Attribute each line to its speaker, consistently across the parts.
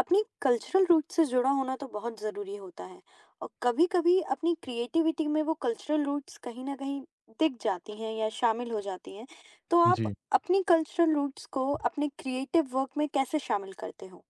Speaker 1: अपनी cultural root से जुड़ा होना तो बहुत ज़रूरी होता है। और कभी-कभी अपनी क्रिएटिविटी में वो कल्चरल रूट्स कहीं ना कहीं दिख जाती हैं या शामिल हो जाती हैं। तो आप
Speaker 2: जी।
Speaker 1: अपनी कल्चरल रूट्स को अपने क्रिएटिव वर्क में कैसे शामिल करते हो?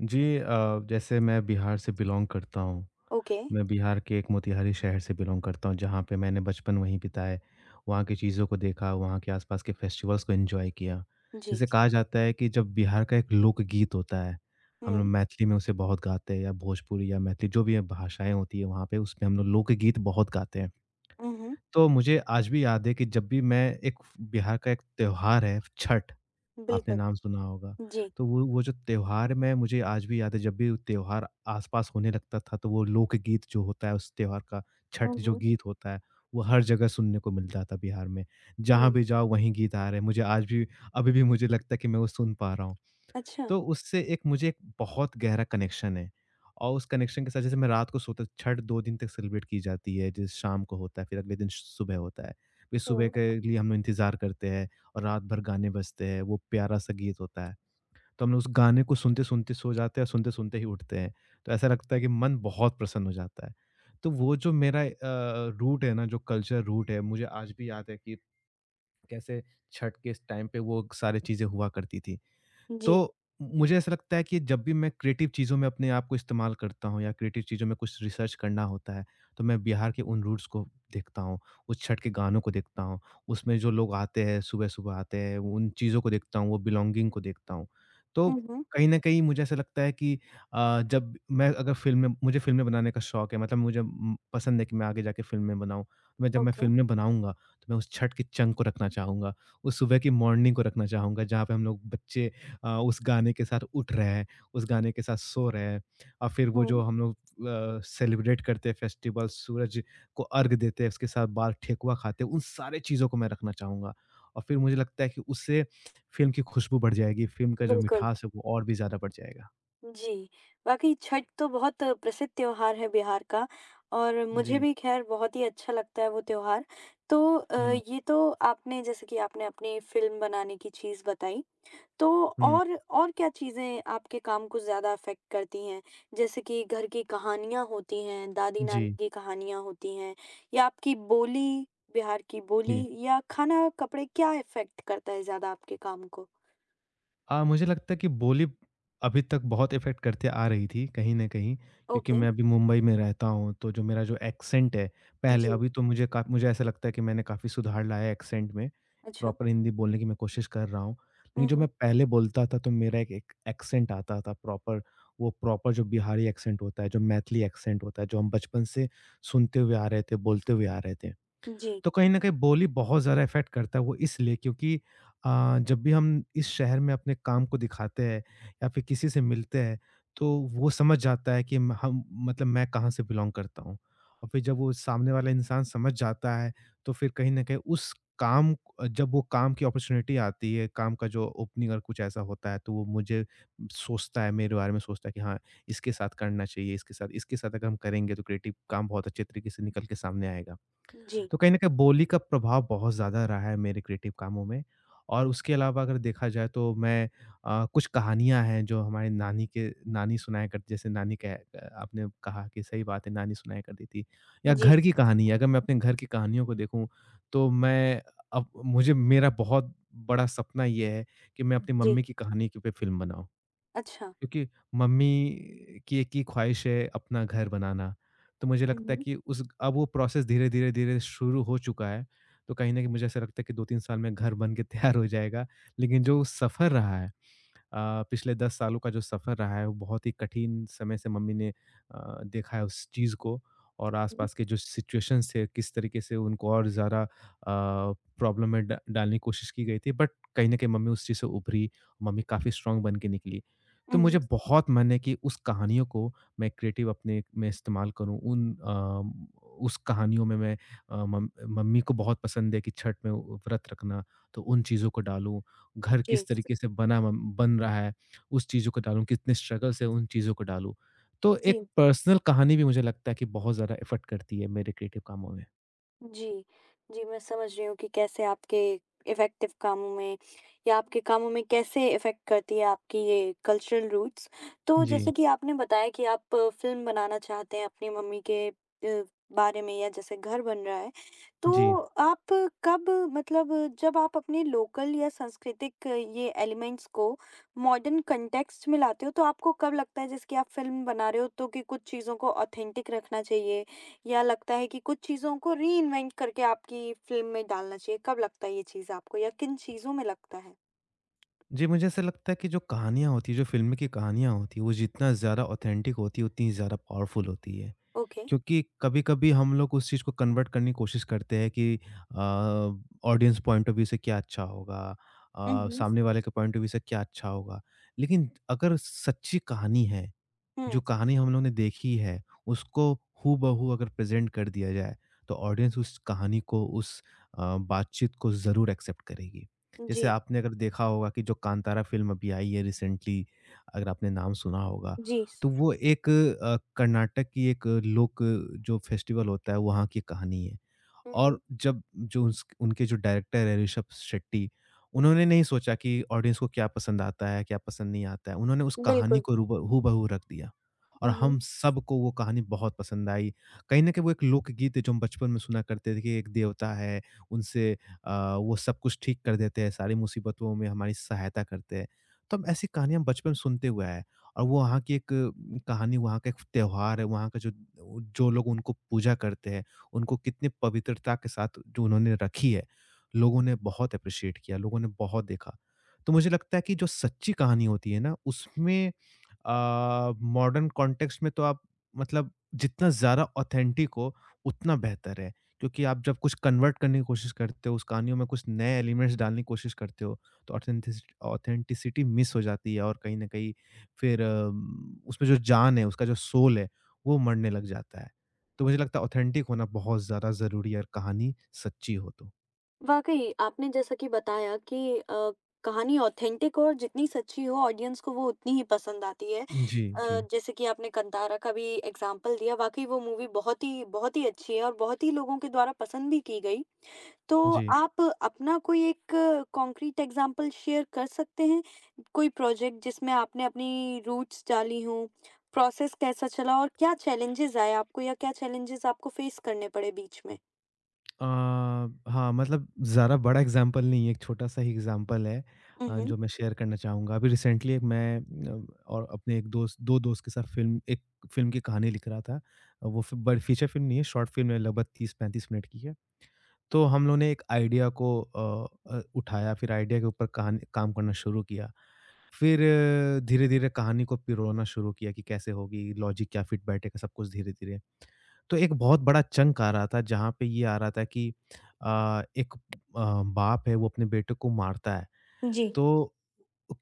Speaker 2: जैसे मैं बिहार से बिलॉन्ग करता हूँ।
Speaker 1: ओके।
Speaker 2: मैं बिहार के एक मोतिहारी शहर से बिलॉन्ग करता हूँ, जहाँ पे मैंने बचपन वहीं बिताए। वहाँ की चीज़ों को देखा, वहाँ के आस-पास के फेस्टिवल्स को एन्जॉय किया।
Speaker 1: जी।
Speaker 2: जैसे कहा जाता है कि जब बिहार का एक लोकगीत होता है, हम लोग
Speaker 1: हम्म,
Speaker 2: मैथिली में उसे बहुत गाते हैं या भोजपुरी या मैथिली जो भी भाषाएँ होती हैं वहाँ पे उसमें हम लोग लोकगीत बहुत गाते हैं।
Speaker 1: हम्म।
Speaker 2: तो मुझे आज भी याद है कि जब भी मैं एक बिहार का एक त्योहार है छठ, आपने
Speaker 1: बिल्कुल।
Speaker 2: नाम सुना होगा।
Speaker 1: जी।
Speaker 2: तो वो जो त्योहार में मुझे आज भी याद है जब भी वो त्योहार आस-पास होने लगता था तो वो लोकगीत जो होता है उस त्योहार का, छठ जो
Speaker 1: हम्म,
Speaker 2: गीत होता है, वो हर जगह सुनने को मिलता था बिहार में। जहाँ
Speaker 1: हम्म।
Speaker 2: भी जाओ वहीं गीत आ रहे हैं। मुझे आज भी अभी भी मुझे लगता है कि मैं वो सुन पा रहा हूँ।
Speaker 1: अच्छा।
Speaker 2: तो उससे एक मुझे एक बहुत गहरा कनेक्शन है और उस कनेक्शन के साथ जैसे मैं रात को सोता छठ 2 दिन तक सेलिब्रेट की जाती है, जैसे शाम को होता है, फिर अगले दिन सुबह होता है। फिर सुबह
Speaker 1: हम्म,
Speaker 2: के लिए हम लोग इंतज़ार करते हैं और रात भर गाने बजते हैं, वो प्यारा-सा गीत होता है। तो हम लोग उस गाने को सुनते-सुनते सो जाते हैं और सुनते-सुनते ही उठते हैं। तो ऐसा लगता है कि मन बहुत प्रसन्न हो जाता है। तो वो जो मेरा रूट है ना, जो कल्चर रूट है, मुझे आज भी याद है कि कैसे छठ के इस टाइम पे वो सारी चीज़ें हुआ करती थी।
Speaker 1: जी।
Speaker 2: तो मुझे ऐसा लगता है कि जब भी मैं क्रिएटिव चीज़ों में अपने आप को इस्तेमाल करता हूँ या क्रिएटिव चीज़ों में कुछ रिसर्च करना होता है, तो मैं बिहार के उन रूट्स को देखता हूँ, उस छठ के गानों को देखता हूँ, उसमें जो लोग आते हैं, सुबह-सुबह आते हैं, उन चीज़ों को देखता हूँ, वो बिलॉन्गिंग को देखता हूँ। तो
Speaker 1: हम्म।
Speaker 2: कहीं न कहीं मुझे ऐसा लगता है कि जब मैं अगर फ़िल्में मुझे फ़िल्में बनाने का शौक है, मतलब मुझे पसंद है कि मैं आगे जाके फ़िल्में बनाऊँ। तो मैं
Speaker 1: ओके।
Speaker 2: फ़िल्में बनाऊँगा, तो मैं उस छठ के चंग को रखना चाहूँगा, उस सुबह की मॉर्निंग को रखना चाहूँगा, जहाँ पे हम लोग बच्चे उस गाने के साथ उठ रहे हैं, उस गाने के साथ सो रहे हैं और फिर वो जो
Speaker 1: हम्म।
Speaker 2: हम लोग सेलिब्रेट करते हैं फेस्टिवल, सूरज को अर्घ देते हैं, उसके साथ बाल ठेकुआ खाते हैं, उन सारे चीज़ों को मैं रखना चाहूँगा। और फिर मुझे लगता है कि उससे फ़िल्म की खुशबू बढ़ जाएगी, फ़िल्म का जो
Speaker 1: बिल्कुल।
Speaker 2: मिठास है वो और भी ज़्यादा बढ़ जाएगा।
Speaker 1: जी। वाक़ई छठ तो बहुत प्रसिद्ध त्योहार है बिहार का। और मुझे
Speaker 2: जी।
Speaker 1: भी ख़ैर बहुत ही अच्छा लगता है वो त्योहार। तो
Speaker 2: हुँ,
Speaker 1: ये तो आपने जैसे कि आपने अपनी फ़िल्म बनाने की चीज़ बताई, तो
Speaker 2: हुँ।
Speaker 1: और क्या चीज़ें आपके काम को ज़्यादा अफ़ेक्ट करती हैं? जैसे कि घर की कहानियाँ होती हैं,
Speaker 2: जी,
Speaker 1: दादी-नानी की कहानियाँ होती हैं, या आपकी बोली, बिहार की बोली
Speaker 2: जी।
Speaker 1: या खाना-कपड़े क्या अफ़ेक्ट करता है ज़्यादा आपके काम को?
Speaker 2: मुझे लगता है कि बोली अभी तक बहुत इफ़ेक्ट करते आ रही थी कहीं न कहीं, क्योंकि
Speaker 1: ओके,
Speaker 2: मैं अभी मुंबई में रहता हूँ, तो जो एक्सेंट है, पहले
Speaker 1: जी,
Speaker 2: अभी तो मुझे का मुझे ऐसा लगता है कि मैंने काफ़ी सुधार लाया है एक्सेंट में,
Speaker 1: अच्छा।
Speaker 2: प्रॉपर हिंदी बोलने की मैं कोशिश कर रहा हूँ। लेकिन
Speaker 1: हुँ,
Speaker 2: जो मैं
Speaker 1: हुँ।
Speaker 2: पहले बोलता था, तो मेरा एक एक एक्सेंट आता था प्रॉपर, वो प्रॉपर जो बिहारी एक्सेंट होता है, जो मैथिली एक्सेंट होता है, जो हम बचपन से सुनते हुए आ रहे थे, बोलते हुए आ रहे थे।
Speaker 1: जी,
Speaker 2: तो कहीं न कहीं बोली बहुत ज़्यादा इफ़ेक्ट करता है वो इसलिए क्योंकि अ, जब भी हम इस शहर में अपने काम को दिखाते हैं या फिर किसी से मिलते हैं, तो वो समझ जाता है कि म हम मतलब मैं कहाँ से बिलॉन्ग करता हूँ। और फिर जब वो सामने वाला इंसान समझ जाता है, तो फिर कहीं न कहीं काम जब वो काम की अपॉर्च्युनिटी आती है, काम का जो ओपनिंग और कुछ ऐसा होता है, तो वो मुझे सोचता है, मेरे बारे में सोचता है कि हाँ, इसके साथ करना चाहिए, इसके साथ अगर हम करेंगे तो क्रिएटिव काम बहुत अच्छे तरीके से निकल के सामने आएगा।
Speaker 1: जी।
Speaker 2: तो कहीं न कहीं बोली का प्रभाव बहुत ज़्यादा रहा है मेरे क्रिएटिव कामों में और उसके अलावा अगर देखा जाए तो कुछ कहानियाँ हैं जो हमारे नानी सुनाया करती जैसे नानी कह अ, आपने कहा कि सही बात है, नानी सुनाया करती थी या
Speaker 1: जी,
Speaker 2: घर की कहानी अगर मैं अपने घर की कहानियों को देखूँ तो मैं अब मुझे मेरा बहुत बड़ा सपना ये है कि मैं अपनी
Speaker 1: जी।
Speaker 2: मम्मी की कहानी के पे फ़िल्म बनाऊँ।
Speaker 1: अच्छा।
Speaker 2: क्योंकि मम्मी की एक ही ख्वाहिश है अपना घर बनाना। तो मुझे
Speaker 1: हुँ,
Speaker 2: लगता है
Speaker 1: हुँ।
Speaker 2: कि उस अब वो प्रोसेस धीरे-धीरे, धीरे धीरे शुरू हो चुका है। तो कहीं न कहीं मुझे ऐसा लगता है कि 2-3 साल में घर बन के तैयार हो जाएगा। लेकिन जो सफ़र रहा है पिछले 10 सालों का जो सफ़र रहा है, वो बहुत ही कठिन समय से मम्मी ने देखा है उस चीज़ को और आस-पास के जो सिचुएशंस थे, किस तरीके से उनको और ज़्यादा प्रॉब्लम में डा डालने की कोशिश की गई थी, बट कहीं न कहीं मम्मी उस चीज़ से उभरी, मम्मी काफ़ी स्ट्रॉन्ग बन के निकली। तो
Speaker 1: हुँ,
Speaker 2: मुझे
Speaker 1: हुँ,
Speaker 2: बहुत मन है कि उस कहानियों को मैं क्रिएटिव अपने में इस्तेमाल करूँ, उस कहानियों में मैं अ, मम मम्मी को बहुत पसंद है कि छठ में व्रत रखना, तो उन चीज़ों को डालूँ घर किस
Speaker 1: जी,
Speaker 2: तरीके से बना म बन रहा है, उस चीज़ों को डालूँ, कितने स्ट्रगल से उन चीज़ों को डालूँ। तो
Speaker 1: जी।
Speaker 2: एक पर्सनल कहानी भी मुझे लगता है कि बहुत ज़्यादा इफ़ेक्ट करती है मेरे क्रिएटिव कामों में।
Speaker 1: जी, जी, मैं समझ रही हूँ कि कैसे आपके इफ़ेक्टिव कामों में या आपके कामों में कैसे इफ़ेक्ट करती है आपकी ये कल्चरल रूट्स। तो
Speaker 2: जी,
Speaker 1: जैसे कि आपने बताया कि आप फ़िल्म बनाना चाहते हैं अपनी मम्मी के बारे में या जैसे घर बन रहा है। तो
Speaker 2: जी।
Speaker 1: आप कब मतलब जब आप अपने लोकल या सांस्कृतिक ये एलिमेंट्स को मॉडर्न कॉन्टेक्स्ट में लाते हो तो आपको कब लगता है जैसे कि आप फ़िल्म बना रहे हो तो कि कुछ चीज़ों को ऑथेंटिक रखना चाहिए या लगता है कि कुछ चीज़ों को रीइन्वेंट करके आपकी फ़िल्म में डालना चाहिए? कब लगता है ये चीज़ आपको या किन चीज़ों में लगता है?
Speaker 2: जी, मुझे ऐसा लगता है कि जो कहानियाँ होती हैं, जो फ़िल्म की कहानियाँ होती हैं, वो जितना ज़्यादा ऑथेंटिक होती है, उतनी ज़्यादा पावरफुल होती है।
Speaker 1: ओके।
Speaker 2: क्योंकि कभी-कभी हम लोग उस चीज़ को कन्वर्ट करने की कोशिश करते हैं कि ऑडियंस पॉइंट ऑफ व्यू से क्या अच्छा होगा,
Speaker 1: उहुँ।
Speaker 2: सामने वाले के पॉइंट ऑफ व्यू से क्या अच्छा होगा। लेकिन अगर सच्ची कहानी है जो
Speaker 1: हुँ।
Speaker 2: कहानी हम लोग ने देखी है, उसको हूबहू बहू अगर प्रेज़ेंट कर दिया जाए, तो ऑडियंस उस कहानी को, उस बातचीत को ज़रूर एक्सेप्ट करेगी। जैसे
Speaker 1: जी।
Speaker 2: आपने अगर देखा होगा कि जो कांतारा फ़िल्म अभी आई है रिसेंटली, अगर आपने नाम सुना होगा,
Speaker 1: जी।
Speaker 2: तो वो एक कर्नाटक की एक लोक जो फेस्टिवल होता है, वहाँ की कहानी है।
Speaker 1: हुँ,
Speaker 2: और
Speaker 1: हुँ।
Speaker 2: जब जो उस उनके जो डायरेक्टर हैं ऋषभ शेट्टी, उन्होंने नहीं सोचा कि ऑडियंस को क्या पसंद आता है, क्या पसंद नहीं आता है। उन्होंने उस कहानी
Speaker 1: बिल्कुल।
Speaker 2: को रूब हूबहू रख दिया और
Speaker 1: हुँ, हुँ।
Speaker 2: हम सबको वो कहानी बहुत पसंद आई। कहीं न कहीं वो एक लोकगीत है जो हम बचपन में सुना करते थे कि एक देवता है, उनसे वो सब कुछ ठीक कर देते हैं, सारी मुसीबतों में हमारी सहायता करते हैं। तो हम ऐसी कहानियाँ हम बचपन में सुनते हुए आए हैं और वो वहाँ की एक कहानी, वहाँ का एक त्योहार है, वहाँ का जो जो लोग उनको पूजा करते हैं, उनको कितने पवित्रता के साथ जो उन्होंने रखी है, लोगों ने बहुत एप्रिशिएट किया, लोगों ने बहुत देखा। तो मुझे लगता है कि जो सच्ची कहानी होती है ना, मॉडर्न कॉन्टेक्स्ट में तो आप मतलब जितना ज़्यादा ऑथेंटिक हो, उतना बेहतर है। क्योंकि आप जब कुछ कन्वर्ट करने की कोशिश करते हो, उस कहानियों में कुछ नए एलिमेंट्स डालने की कोशिश करते हो, तो ऑथेंटिसिटी मिस हो जाती है और कहीं न कहीं फिर उसमें जो जान है, उसका जो सोल है, वो मरने लग जाता है। तो मुझे लगता है ऑथेंटिक होना बहुत ज़्यादा ज़रूरी है, अगर कहानी सच्ची हो तो।
Speaker 1: वाक़ई आपने जैसा कि बताया कि कहानी ऑथेंटिक हो और जितनी सच्ची हो ऑडियंस को वो उतनी ही पसंद आती है।
Speaker 2: जी,
Speaker 1: जैसे कि आपने कंतारा का भी एग्ज़ाम्पल दिया, वाक़ई वो मूवी बहुत ही अच्छी है और बहुत ही लोगों के द्वारा पसंद भी की गई। तो
Speaker 2: जी।
Speaker 1: आप अपना कोई एक कॉन्क्रीट एग्जाम्पल शेयर कर सकते हैं? कोई प्रोजेक्ट जिसमें आपने अपनी रूट्स डाली हों, प्रोसेस कैसा चला और क्या चैलेंजेस आए आपको या क्या चैलेंजेस आपको फेस करने पड़े बीच में?
Speaker 2: हाँ, मतलब ज़्यादा बड़ा एग्ज़ाम्पल नहीं है, एक छोटा-सा ही एग्ज़ाम्पल है
Speaker 1: उहुँ,
Speaker 2: जो मैं शेयर करना चाहूँगा। अभी रिसेंटली एक मैं अ, और अपने एक दोस्त 2 दोस्त के साथ फ़िल्म की कहानी लिख रहा था। वो फ़ि बड़ी फीचर फ़िल्म नहीं है, शॉर्ट फ़िल्म है, लगभग 30-35 मिनट की है। तो हम लोगों ने एक आइडिया को उठाया, फिर आइडिया के ऊपर कहानी काम करना शुरू किया। फिर धीरे-धीरे कहानी को पिरोना शुरू किया कि कैसे होगी, लॉजिक क्या फिट बैठेगा, सब कुछ धीरे-धीरे। तो एक बहुत बड़ा चंक आ रहा था जहाँ पे ये आ रहा था कि एक बाप है वो अपने बेटे को मारता है,
Speaker 1: जी।
Speaker 2: तो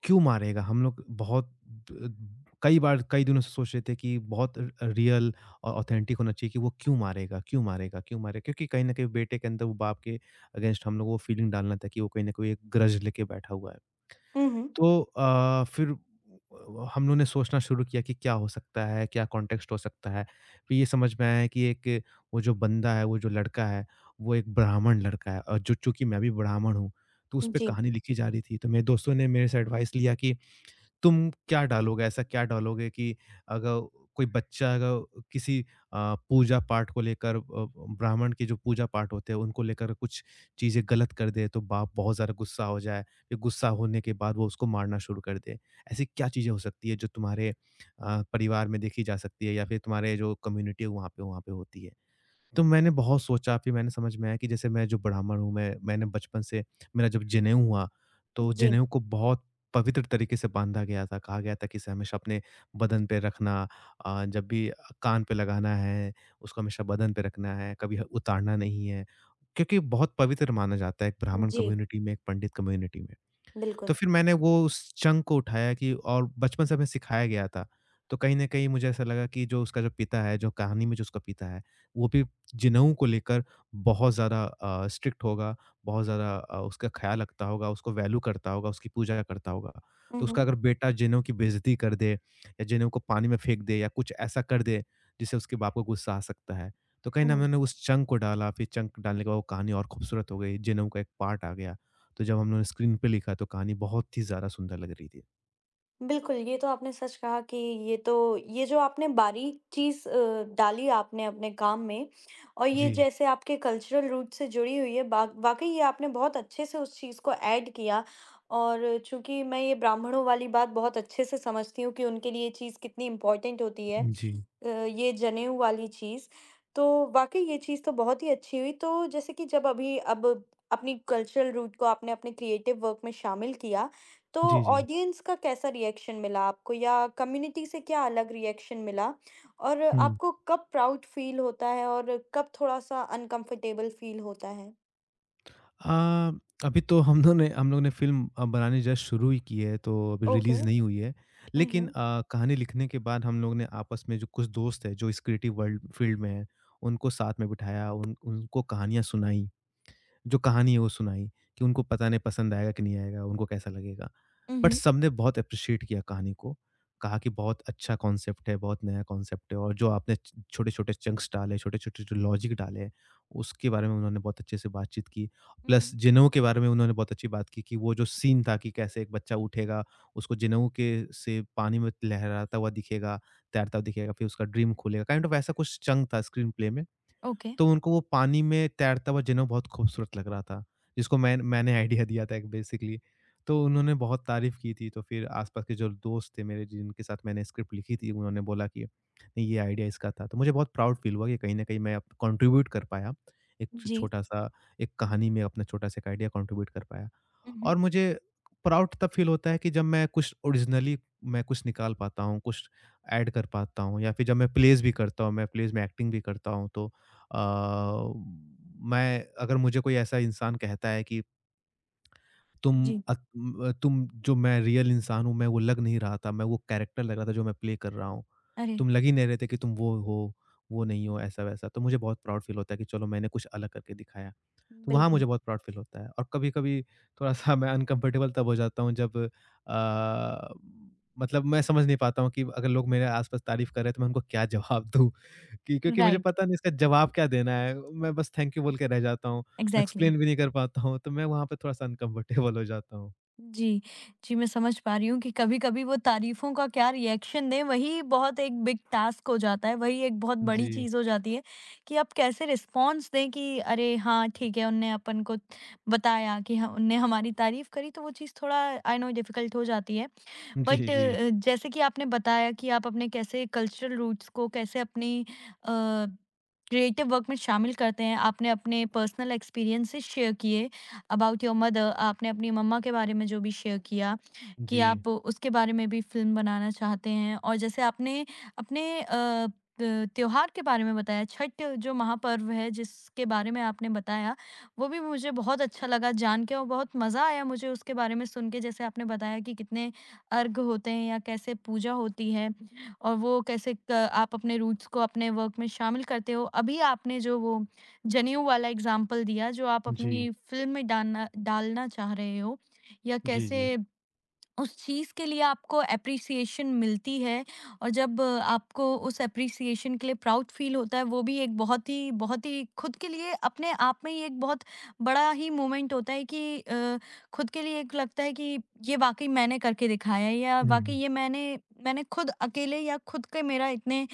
Speaker 2: क्यों मारेगा? हम लोग बहुत द कई बार कई दिनों से सोच रहे थे कि बहुत र रियल और ऑथेंटिक होना चाहिए कि वो क्यों मारेगा, क्यों मारेगा, क्यों मारेगा? क्योंकि कहीं न कहीं बेटे के अंदर वो बाप के अगेंस्ट हम लोग वो फीलिंग डालना था कि वो कहीं न कहीं एक ग्रज लेके बैठा हुआ है।
Speaker 1: उहुँ,
Speaker 2: तो फिर हम लोग ने सोचना शुरू किया कि क्या हो सकता है, क्या कॉन्टेक्स्ट हो सकता है। फिर ये समझ में आया कि एक वो जो बंदा है, वो जो लड़का है, वो एक ब्राह्मण लड़का है और जो चूँकि मैं भी ब्राह्मण हूँ, तो उस पे
Speaker 1: जी,
Speaker 2: कहानी लिखी जा रही थी। तो मेरे दोस्तों ने मेरे से एडवाइस लिया कि तुम क्या डालोगे? ऐसा क्या डालोगे कि अगर कोई बच्चा अगर किसी पूजा-पाठ को लेकर ब्राह्मण के जो पूजा-पाठ होते हैं, उनको लेकर कुछ चीज़ें गलत कर दे, तो बाप बहुत ज़्यादा गुस्सा हो जाए, फिर गुस्सा होने के बाद वो उसको मारना शुरू कर दे। ऐसी क्या चीज़ें हो सकती है, जो तुम्हारे परिवार में देखी जा सकती है या फिर तुम्हारे जो कम्युनिटी है, वहाँ पे होती है? तो मैंने बहुत सोचा, फिर मैंने समझ में आया कि जैसे मैं जो ब्राह्मण हूँ, मैंने बचपन से मेरा जब जनेऊ हुआ, तो
Speaker 1: जी,
Speaker 2: जनेऊ को बहुत पवित्र तरीके से बांधा गया था, कहा गया था कि इसे हमेशा अपने बदन पे रखना। जब भी कान पे लगाना है, उसको हमेशा बदन पे रखना है, कभी उतारना नहीं है, क्योंकि बहुत पवित्र माना जाता है एक ब्राह्मण
Speaker 1: जी,
Speaker 2: कम्युनिटी में, एक पंडित कम्युनिटी में।
Speaker 1: बिल्कुल।
Speaker 2: तो फिर मैंने वो उस चंक को उठाया कि और बचपन से हमें सिखाया गया था, तो कहीं न कहीं मुझे ऐसा लगा कि जो उसका जो पिता है, जो कहानी में जो उसका पिता है, वो भी जिनाऊ को लेकर बहुत ज़्यादा स्ट्रिक्ट होगा, बहुत ज़्यादा उसका ख़्याल रखता होगा, उसको वैल्यू करता होगा, उसकी पूजा करता होगा। तो उसका
Speaker 1: उहुँ,
Speaker 2: अगर बेटा जिनाऊ की बेइज़्ज़ती कर दे या जिनाऊ को पानी में फेंक दे या कुछ ऐसा कर दे, जिससे उसके बाप को गुस्सा आ सकता है, तो कहीं न
Speaker 1: हुँ।
Speaker 2: मैंने उस चंक को डाला, फिर चंक डालने के बाद वो कहानी और खूबसूरत हो गई, जिनाऊ का एक पार्ट आ गया। तो जब हमने स्क्रीन पे लिखा, तो कहानी बहुत ही ज़्यादा सुंदर लग रही थी।
Speaker 1: बिल्कुल, ये तो आपने सच कहा कि ये जो आपने बारीक चीज़ डाली आपने अपने काम में, और ये
Speaker 2: जी,
Speaker 1: जैसे आपके कल्चरल रूट से जुड़ी हुई है, बा वाक़ई ये आपने बहुत अच्छे से उस चीज़ को ऐड किया। और चूँकि मैं ये ब्राह्मणों वाली बात बहुत अच्छे से समझती हूँ कि उनके लिए ये चीज़ कितनी इम्पोर्टेंट होती है।
Speaker 2: जी।
Speaker 1: ये जनेऊ वाली चीज़, तो वाक़ई ये चीज़ तो बहुत ही अच्छी हुई। तो जैसे कि जब अभी अब अपनी कल्चरल रूट को आपने अपने क्रिएटिव वर्क में शामिल किया, तो
Speaker 2: जी, जी।
Speaker 1: ऑडियंस का कैसा रिएक्शन मिला आपको या कम्युनिटी से क्या अलग रिएक्शन मिला? और
Speaker 2: हुँ।
Speaker 1: आपको कब प्राउड फ़ील होता है और कब थोड़ा-सा अनकम्फ़र्टेबल फ़ील होता है?
Speaker 2: अ, अभी तो हम लोग ने फ़िल्म बनानी जस्ट शुरू ही की है, तो अभी
Speaker 1: ओके।
Speaker 2: रिलीज़ नहीं हुई है।
Speaker 1: हुँ,
Speaker 2: लेकिन
Speaker 1: हुँ।
Speaker 2: कहानी लिखने के बाद हम लोग ने आपस में जो कुछ दोस्त हैं, जो इस क्रिएटिव वर्ल्ड फील्ड में हैं, उनको साथ में बिठाया, उन उनको कहानियाँ सुनाई। जो कहानी है वो सुनाई कि उनको पता नहीं पसंद आएगा कि नहीं आएगा, उनको कैसा लगेगा। बट
Speaker 1: उहुँ,
Speaker 2: सबने बहुत एप्रिशिएट किया कहानी को, कहा कि बहुत अच्छा कॉन्सेप्ट है, बहुत नया कॉन्सेप्ट है और जो आपने छ छोटे-छोटे चंक्स डाले, छोटे-छोटे जो लॉजिक डाले हैं, उसके बारे में उन्होंने बहुत अच्छे से बातचीत की। प्लस
Speaker 1: उहुँ,
Speaker 2: जिनेऊ के बारे में उन्होंने बहुत अच्छी बात की कि वो जो सीन था कि कैसे एक बच्चा उठेगा, उसको जिनेऊ के से पानी में लहराता हुआ दिखेगा, तैरता हुआ दिखेगा, फिर उसका ड्रीम खुलेगा, काइंड ऑफ ऐसा कुछ चंक था स्क्रीन प्ले में।
Speaker 1: ओके,
Speaker 2: तो उनको वो पानी में तैरता हुआ जिना बहुत खूबसूरत लग रहा था, जिसको मैंने आइडिया दिया था एक बेसिकली। तो उन्होंने बहुत तारीफ़ की थी, तो फिर आस-पास के जो दोस्त थे मेरे जिनके साथ मैंने स्क्रिप्ट लिखी थी, उन्होंने बोला कि नहीं ये आइडिया इसका था। तो मुझे बहुत प्राउड फ़ील हुआ कि कहीं न कहीं मैं अब कंट्रीब्यूट कर पाया, एक छ
Speaker 1: जी,
Speaker 2: छोटा-सा एक कहानी में अपना छोटा-सा एक आइडिया कंट्रीब्यूट कर पाया।
Speaker 1: उहुँ,
Speaker 2: और मुझे प्राउड तब फ़ील होता है कि जब मैं कुछ ओरिजिनली मैं कुछ निकाल पाता हूँ, कुछ ऐड कर पाता हूँ या फिर जब मैं प्लेज़ भी करता हूँ, मैं प्लेज़ में एक्टिंग भी करता हूँ, तो मैं अगर मुझे कोई ऐसा इंसान कहता है कि तुम
Speaker 1: जी,
Speaker 2: अ, म तुम जो मैं रियल इंसान हूँ, मैं वो लग नहीं रहा था, मैं वो कैरेक्टर लग रहा था जो मैं प्ले कर रहा हूँ।
Speaker 1: अरे!
Speaker 2: तुम लग ही नहीं रहे थे कि तुम वो हो, वो नहीं हो, ऐसा-वैसा। तो मुझे बहुत प्राउड फ़ील होता है कि चलो मैंने कुछ अलग करके दिखाया। तो वहाँ
Speaker 1: बिल्कुल,
Speaker 2: मुझे बहुत प्राउड फ़ील होता है और कभी-कभी थोड़ा-सा मैं अनकम्फ़र्टेबल तब हो जाता हूँ जब अ, मतलब मैं समझ नहीं पाता हूँ कि अगर लोग मेरे आस-पास तारीफ़ कर रहे हैं, तो मैं उनको क्या जवाब दूँ? कि क्योंकि मुझे
Speaker 1: राइट,
Speaker 2: पता नहीं इसका जवाब क्या देना है। मैं बस थैंक यू बोल के रह जाता हूँ। मैं
Speaker 1: एग्ज़ैक्टली।
Speaker 2: एक्सप्लेन भी नहीं कर पाता हूँ, तो मैं वहाँ पे थोड़ा-सा अनकम्फ़र्टेबल हो जाता हूँ।
Speaker 1: जी, जी, मैं समझ पा रही हूँ कि कभी-कभी वो तारीफ़ों का क्या रिएक्शन दें, वही बहुत एक बिग टास्क हो जाता है, वही एक बहुत बड़ी
Speaker 2: जी।
Speaker 1: चीज़ हो जाती है कि आप कैसे रिस्पॉन्स दें कि अरे! हाँ, ठीक है, उनने अपन को बताया कि ह उनने हमारी तारीफ़ करी, तो वो चीज़ थोड़ा आई नो डिफ़िकल्ट हो जाती है।
Speaker 2: जी,
Speaker 1: बट
Speaker 2: जी।
Speaker 1: जैसे कि आपने बताया कि आप अपने कैसे कल्चरल रूट्स को कैसे अपनी क्रिएटिव वर्क में शामिल करते हैं, आपने अपने पर्सनल एक्सपीरियंसेस शेयर किए अबाउट योर मदर, आपने अपनी मम्मा के बारे में जो भी शेयर किया कि
Speaker 2: जी।
Speaker 1: आप उसके बारे में भी फिल्म बनाना चाहते हैं। और जैसे आपने अपने त्योहार के बारे में बताया छठ जो महापर्व है जिसके बारे में आपने बताया, वो भी मुझे बहुत अच्छा लगा जान के और बहुत मज़ा आया मुझे उसके बारे में सुन के। जैसे आपने बताया कि कितने अर्घ होते हैं या कैसे पूजा होती है और वो कैसे क आप अपने रूट्स को अपने वर्क में शामिल करते हो। अभी आपने जो वो जनेऊ वाला एग्ज़ाम्पल दिया जो आप
Speaker 2: जी।
Speaker 1: अपनी फ़िल्म में डालना डालना चाह रहे हो, या
Speaker 2: जी,
Speaker 1: कैसे
Speaker 2: जी।
Speaker 1: उस चीज़ के लिए आपको एप्रिसिएशन मिलती है। और जब आपको उस एप्रिसिएशन के लिए प्राउड फ़ील होता है, वो भी एक बहुत ही खुद के लिए अपने आप में ही एक बहुत बड़ा ही मोमेंट होता है कि खुद के लिए एक लगता है कि ये वाक़ई मैंने करके दिखाया है या
Speaker 2: हुँ,
Speaker 1: वाक़ई
Speaker 2: हुँ।
Speaker 1: हुँ। ये मैंने मैंने खुद अकेले या खुद के मेरा इतने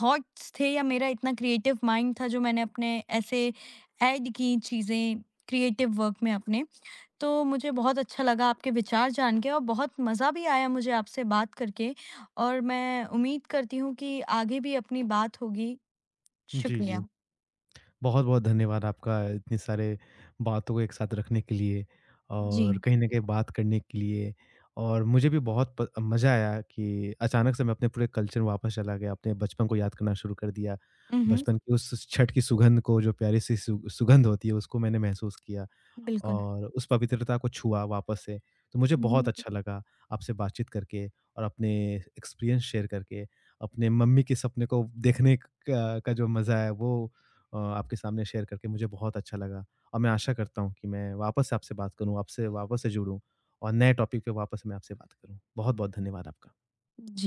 Speaker 1: थॉट्स थे या मेरा इतना क्रिएटिव माइंड था जो मैंने अपने ऐसे ऐड की चीज़ें क्रिएटिव वर्क में अपने। तो मुझे बहुत अच्छा लगा आपके विचार जान के और बहुत मज़ा भी आया मुझे आपसे बात करके और मैं उम्मीद करती हूँ कि आगे भी अपनी बात होगी।
Speaker 2: जी,
Speaker 1: शुक्रिया।
Speaker 2: जी। बहुत-बहुत धन्यवाद आपका इतने सारे बातों को एक साथ रखने के लिए
Speaker 1: जी।
Speaker 2: और कहीं न कहीं बात करने के लिए। और मुझे भी बहुत प मज़ा आया कि अचानक से मैं अपने पूरे कल्चर में वापस चला गया, अपने बचपन को याद करना शुरू कर दिया।
Speaker 1: हुँ, हुँ।
Speaker 2: बचपन की उस छठ की सुगंध को, जो प्यारी सी सु सुगंध होती है, उसको मैंने महसूस किया।
Speaker 1: बिल्कुल।
Speaker 2: और उस पवित्रता को छुआ वापस से। तो मुझे
Speaker 1: हुँ,
Speaker 2: बहुत
Speaker 1: हुँ।
Speaker 2: अच्छा लगा आपसे बातचीत करके और अपने एक्सपीरियंस शेयर करके, अपने मम्मी के सपने को देखने क का जो मज़ा है वो आपके सामने शेयर करके मुझे बहुत अच्छा लगा। और मैं आशा करता हूँ कि मैं वापस से आपसे बात करूँ, आपसे वापस से जुड़ूँ और नए टॉपिक पे वापस मैं आपसे बात करूँ। बहुत-बहुत धन्यवाद आपका।
Speaker 1: जी।